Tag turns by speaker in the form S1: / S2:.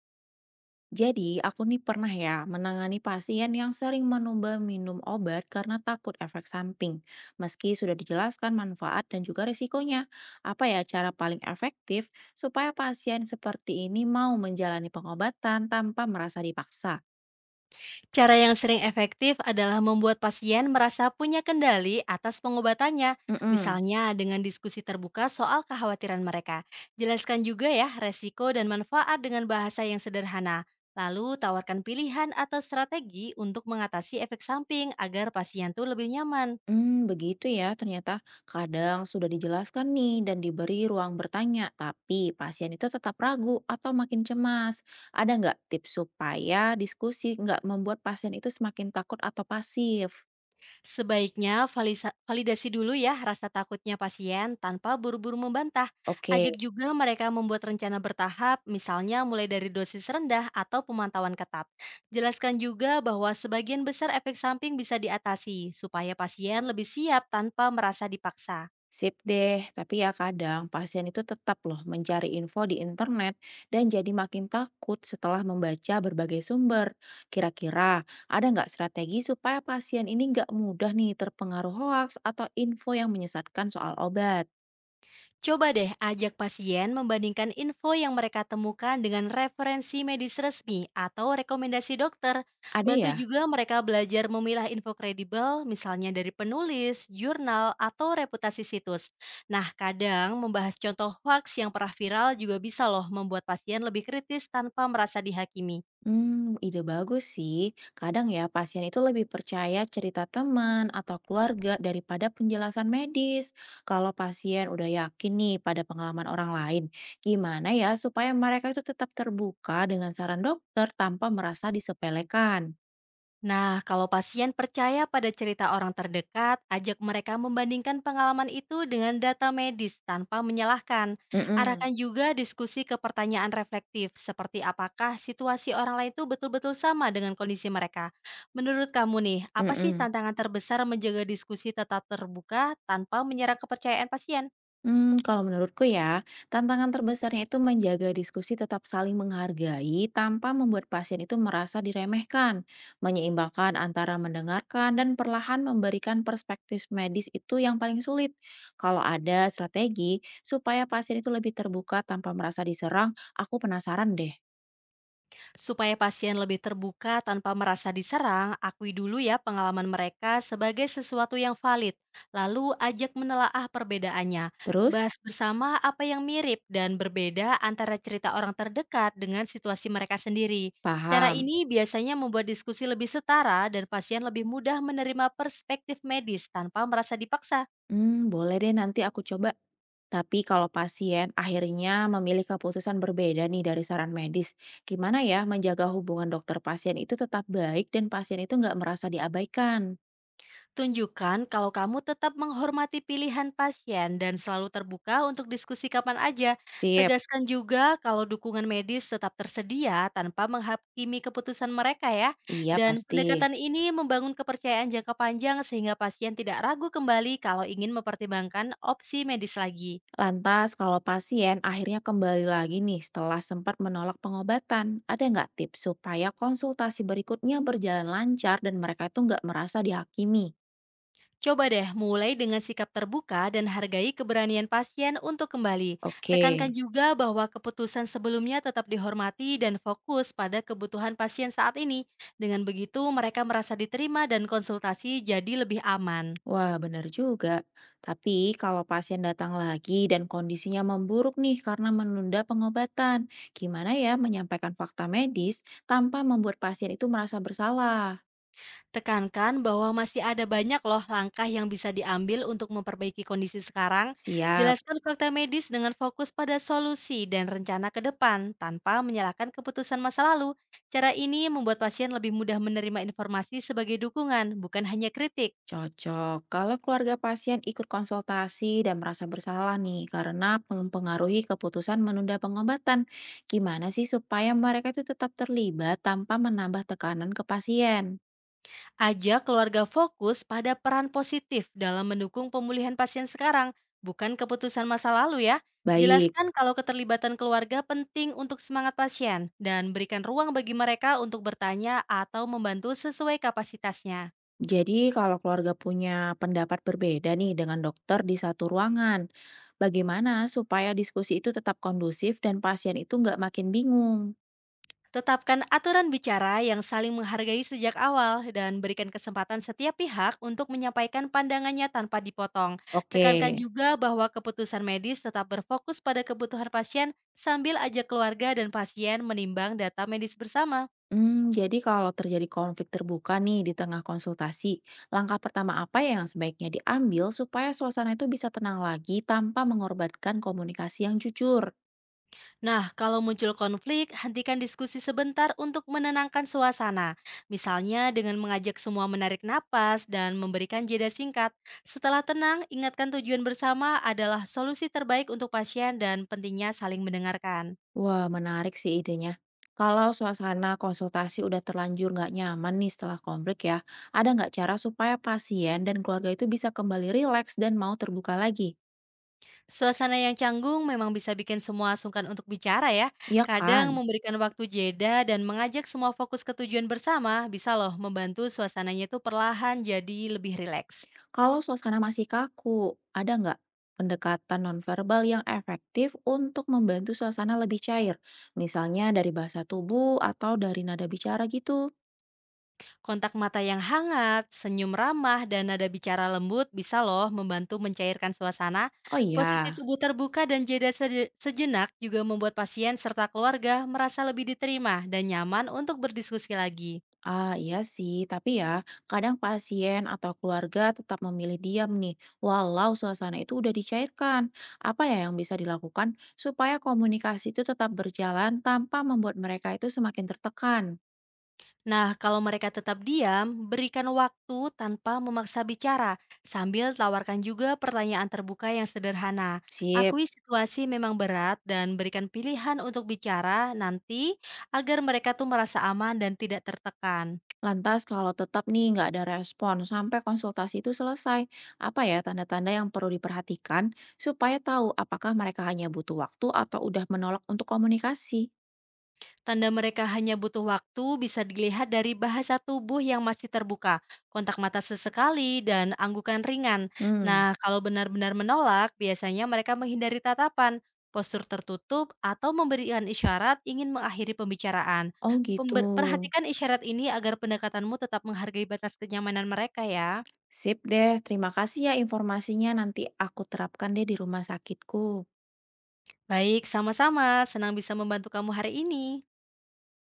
S1: Jadi, aku nih pernah ya menangani pasien yang sering menunda minum obat karena takut efek samping. Meski sudah dijelaskan manfaat dan juga risikonya, apa ya cara paling efektif supaya pasien seperti ini mau menjalani pengobatan tanpa merasa dipaksa?
S2: Cara yang sering efektif adalah membuat pasien merasa punya kendali atas pengobatannya,
S1: Mm-mm.
S2: misalnya dengan diskusi terbuka soal kekhawatiran mereka. Jelaskan juga ya resiko dan manfaat dengan bahasa yang sederhana. Lalu tawarkan pilihan atau strategi untuk mengatasi efek samping agar pasien tuh lebih nyaman.
S1: Hmm, begitu ya. Ternyata kadang sudah dijelaskan nih dan diberi ruang bertanya, tapi pasien itu tetap ragu atau makin cemas. Ada nggak tips supaya diskusi nggak membuat pasien itu semakin takut atau pasif?
S2: Sebaiknya validasi dulu ya rasa takutnya pasien tanpa buru-buru membantah.
S1: Oke.
S2: Ajak juga mereka membuat rencana bertahap, misalnya mulai dari dosis rendah atau pemantauan ketat. Jelaskan juga bahwa sebagian besar efek samping bisa diatasi supaya pasien lebih siap tanpa merasa dipaksa.
S1: Sip deh, tapi ya kadang pasien itu tetap loh mencari info di internet dan jadi makin takut setelah membaca berbagai sumber. Kira-kira ada nggak strategi supaya pasien ini nggak mudah nih terpengaruh hoaks atau info yang menyesatkan soal obat?
S2: Coba deh ajak pasien membandingkan info yang mereka temukan dengan referensi medis resmi atau rekomendasi dokter.
S1: Ada
S2: Bantu
S1: ya?
S2: juga mereka belajar memilah info kredibel, misalnya dari penulis, jurnal, atau reputasi situs. Nah, kadang membahas contoh hoax yang pernah viral juga bisa loh membuat pasien lebih kritis tanpa merasa dihakimi.
S1: Hmm, ide bagus sih. Kadang ya pasien itu lebih percaya cerita teman atau keluarga daripada penjelasan medis. Kalau pasien udah yakin nih pada pengalaman orang lain, gimana ya supaya mereka itu tetap terbuka dengan saran dokter tanpa merasa disepelekan?
S2: Nah, kalau pasien percaya pada cerita orang terdekat, ajak mereka membandingkan pengalaman itu dengan data medis tanpa menyalahkan. Arahkan
S1: Mm-mm,
S2: juga diskusi ke pertanyaan reflektif, seperti apakah situasi orang lain itu betul-betul sama dengan kondisi mereka. Menurut kamu nih, apa sih
S1: mm-mm.
S2: tantangan terbesar menjaga diskusi tetap terbuka tanpa menyerang kepercayaan pasien?
S1: Hmm, kalau menurutku ya, tantangan terbesarnya itu menjaga diskusi tetap saling menghargai tanpa membuat pasien itu merasa diremehkan. Menyeimbangkan antara mendengarkan dan perlahan memberikan perspektif medis itu yang paling sulit. Kalau ada strategi supaya pasien itu lebih terbuka tanpa merasa diserang, aku penasaran deh.
S2: Supaya pasien lebih terbuka tanpa merasa diserang, akui dulu ya pengalaman mereka sebagai sesuatu yang valid. Lalu ajak menelaah perbedaannya.
S1: Terus?
S2: Bahas bersama apa yang mirip dan berbeda antara cerita orang terdekat dengan situasi mereka sendiri. Cara
S1: Paham.
S2: ini biasanya membuat diskusi lebih setara dan pasien lebih mudah menerima perspektif medis tanpa merasa dipaksa.
S1: Hmm, boleh deh nanti aku coba. Tapi kalau pasien akhirnya memilih keputusan berbeda nih dari saran medis, gimana ya menjaga hubungan dokter pasien itu tetap baik dan pasien itu nggak merasa diabaikan?
S2: Tunjukkan kalau kamu tetap menghormati pilihan pasien dan selalu terbuka untuk diskusi kapan aja.
S1: Sip.
S2: Tegaskan juga kalau dukungan medis tetap tersedia tanpa menghakimi keputusan mereka ya.
S1: Iya
S2: Dan
S1: pasti.
S2: pendekatan ini membangun kepercayaan jangka panjang sehingga pasien tidak ragu kembali kalau ingin mempertimbangkan opsi medis lagi.
S1: Lantas kalau pasien akhirnya kembali lagi nih setelah sempat menolak pengobatan, ada nggak tips supaya konsultasi berikutnya berjalan lancar dan mereka itu nggak merasa dihakimi?
S2: Coba deh mulai dengan sikap terbuka dan hargai keberanian pasien untuk kembali.
S1: Oke.
S2: Tekankan juga bahwa keputusan sebelumnya tetap dihormati dan fokus pada kebutuhan pasien saat ini. Dengan begitu, mereka merasa diterima dan konsultasi jadi lebih aman.
S1: Wah, benar juga. Tapi kalau pasien datang lagi dan kondisinya memburuk nih karena menunda pengobatan, gimana ya menyampaikan fakta medis tanpa membuat pasien itu merasa bersalah?
S2: Tekankan bahwa masih ada banyak loh langkah yang bisa diambil untuk memperbaiki kondisi sekarang.
S1: Siap,
S2: Jelaskan fakta medis dengan fokus pada solusi dan rencana ke depan tanpa menyalahkan keputusan masa lalu. Cara ini membuat pasien lebih mudah menerima informasi sebagai dukungan, bukan hanya kritik.
S1: cocok. Kalau keluarga pasien ikut konsultasi dan merasa bersalah nih karena mempengaruhi keputusan menunda pengobatan, gimana sih supaya mereka itu tetap terlibat tanpa menambah tekanan ke pasien?
S2: Ajak keluarga fokus pada peran positif dalam mendukung pemulihan pasien sekarang, bukan keputusan masa lalu ya.
S1: Baik.
S2: Jelaskan kalau keterlibatan keluarga penting untuk semangat pasien dan berikan ruang bagi mereka untuk bertanya atau membantu sesuai kapasitasnya.
S1: Jadi, kalau keluarga punya pendapat berbeda nih dengan dokter di satu ruangan, bagaimana supaya diskusi itu tetap kondusif dan pasien itu nggak makin bingung?
S2: Tetapkan aturan bicara yang saling menghargai sejak awal dan berikan kesempatan setiap pihak untuk menyampaikan pandangannya tanpa dipotong.
S1: Oke.
S2: Tekankan juga bahwa keputusan medis tetap berfokus pada kebutuhan pasien sambil ajak keluarga dan pasien menimbang data medis bersama.
S1: Hmm, jadi kalau terjadi konflik terbuka nih di tengah konsultasi, langkah pertama apa yang sebaiknya diambil supaya suasana itu bisa tenang lagi tanpa mengorbankan komunikasi yang jujur?
S2: Nah, kalau muncul konflik, hentikan diskusi sebentar untuk menenangkan suasana. Misalnya dengan mengajak semua menarik napas dan memberikan jeda singkat. Setelah tenang, ingatkan tujuan bersama adalah solusi terbaik untuk pasien dan pentingnya saling mendengarkan.
S1: Wah, menarik sih idenya. Kalau suasana konsultasi udah terlanjur nggak nyaman nih setelah konflik ya, ada nggak cara supaya pasien dan keluarga itu bisa kembali rileks dan mau terbuka lagi?
S2: Suasana yang canggung memang bisa bikin semua sungkan untuk bicara ya.
S1: Ya
S2: Kadang
S1: kan?
S2: memberikan waktu jeda dan mengajak semua fokus ke tujuan bersama bisa loh membantu suasananya itu perlahan jadi lebih rileks.
S1: Kalau suasana masih kaku, ada nggak pendekatan nonverbal yang efektif untuk membantu suasana lebih cair? Misalnya dari bahasa tubuh atau dari nada bicara gitu?
S2: Kontak mata yang hangat, senyum ramah, dan nada bicara lembut bisa loh membantu mencairkan suasana.
S1: Oh
S2: Posisi
S1: iya.
S2: tubuh terbuka dan jeda sejenak juga membuat pasien serta keluarga merasa lebih diterima dan nyaman untuk berdiskusi lagi.
S1: Ah, iya sih, tapi ya, kadang pasien atau keluarga tetap memilih diam nih, walau suasana itu udah dicairkan. Apa ya yang bisa dilakukan supaya komunikasi itu tetap berjalan tanpa membuat mereka itu semakin tertekan?
S2: Nah, kalau mereka tetap diam, berikan waktu tanpa memaksa bicara, sambil tawarkan juga pertanyaan terbuka yang sederhana.
S1: Sip.
S2: Akui situasi memang berat dan berikan pilihan untuk bicara nanti agar mereka tuh merasa aman dan tidak tertekan.
S1: Lantas kalau tetap nih nggak ada respon sampai konsultasi itu selesai, apa ya tanda-tanda yang perlu diperhatikan supaya tahu apakah mereka hanya butuh waktu atau udah menolak untuk komunikasi?
S2: Tanda mereka hanya butuh waktu bisa dilihat dari bahasa tubuh yang masih terbuka, kontak mata sesekali, dan anggukan ringan.
S1: Hmm,
S2: Nah, kalau benar-benar menolak, biasanya mereka menghindari tatapan, postur tertutup, atau memberikan isyarat ingin mengakhiri pembicaraan.
S1: oh gitu.
S2: Perhatikan isyarat ini agar pendekatanmu tetap menghargai batas kenyamanan mereka ya.
S1: Sip deh, terima kasih ya informasinya. Nanti aku terapkan deh di rumah sakitku.
S2: Baik, sama-sama. Senang bisa membantu kamu hari ini.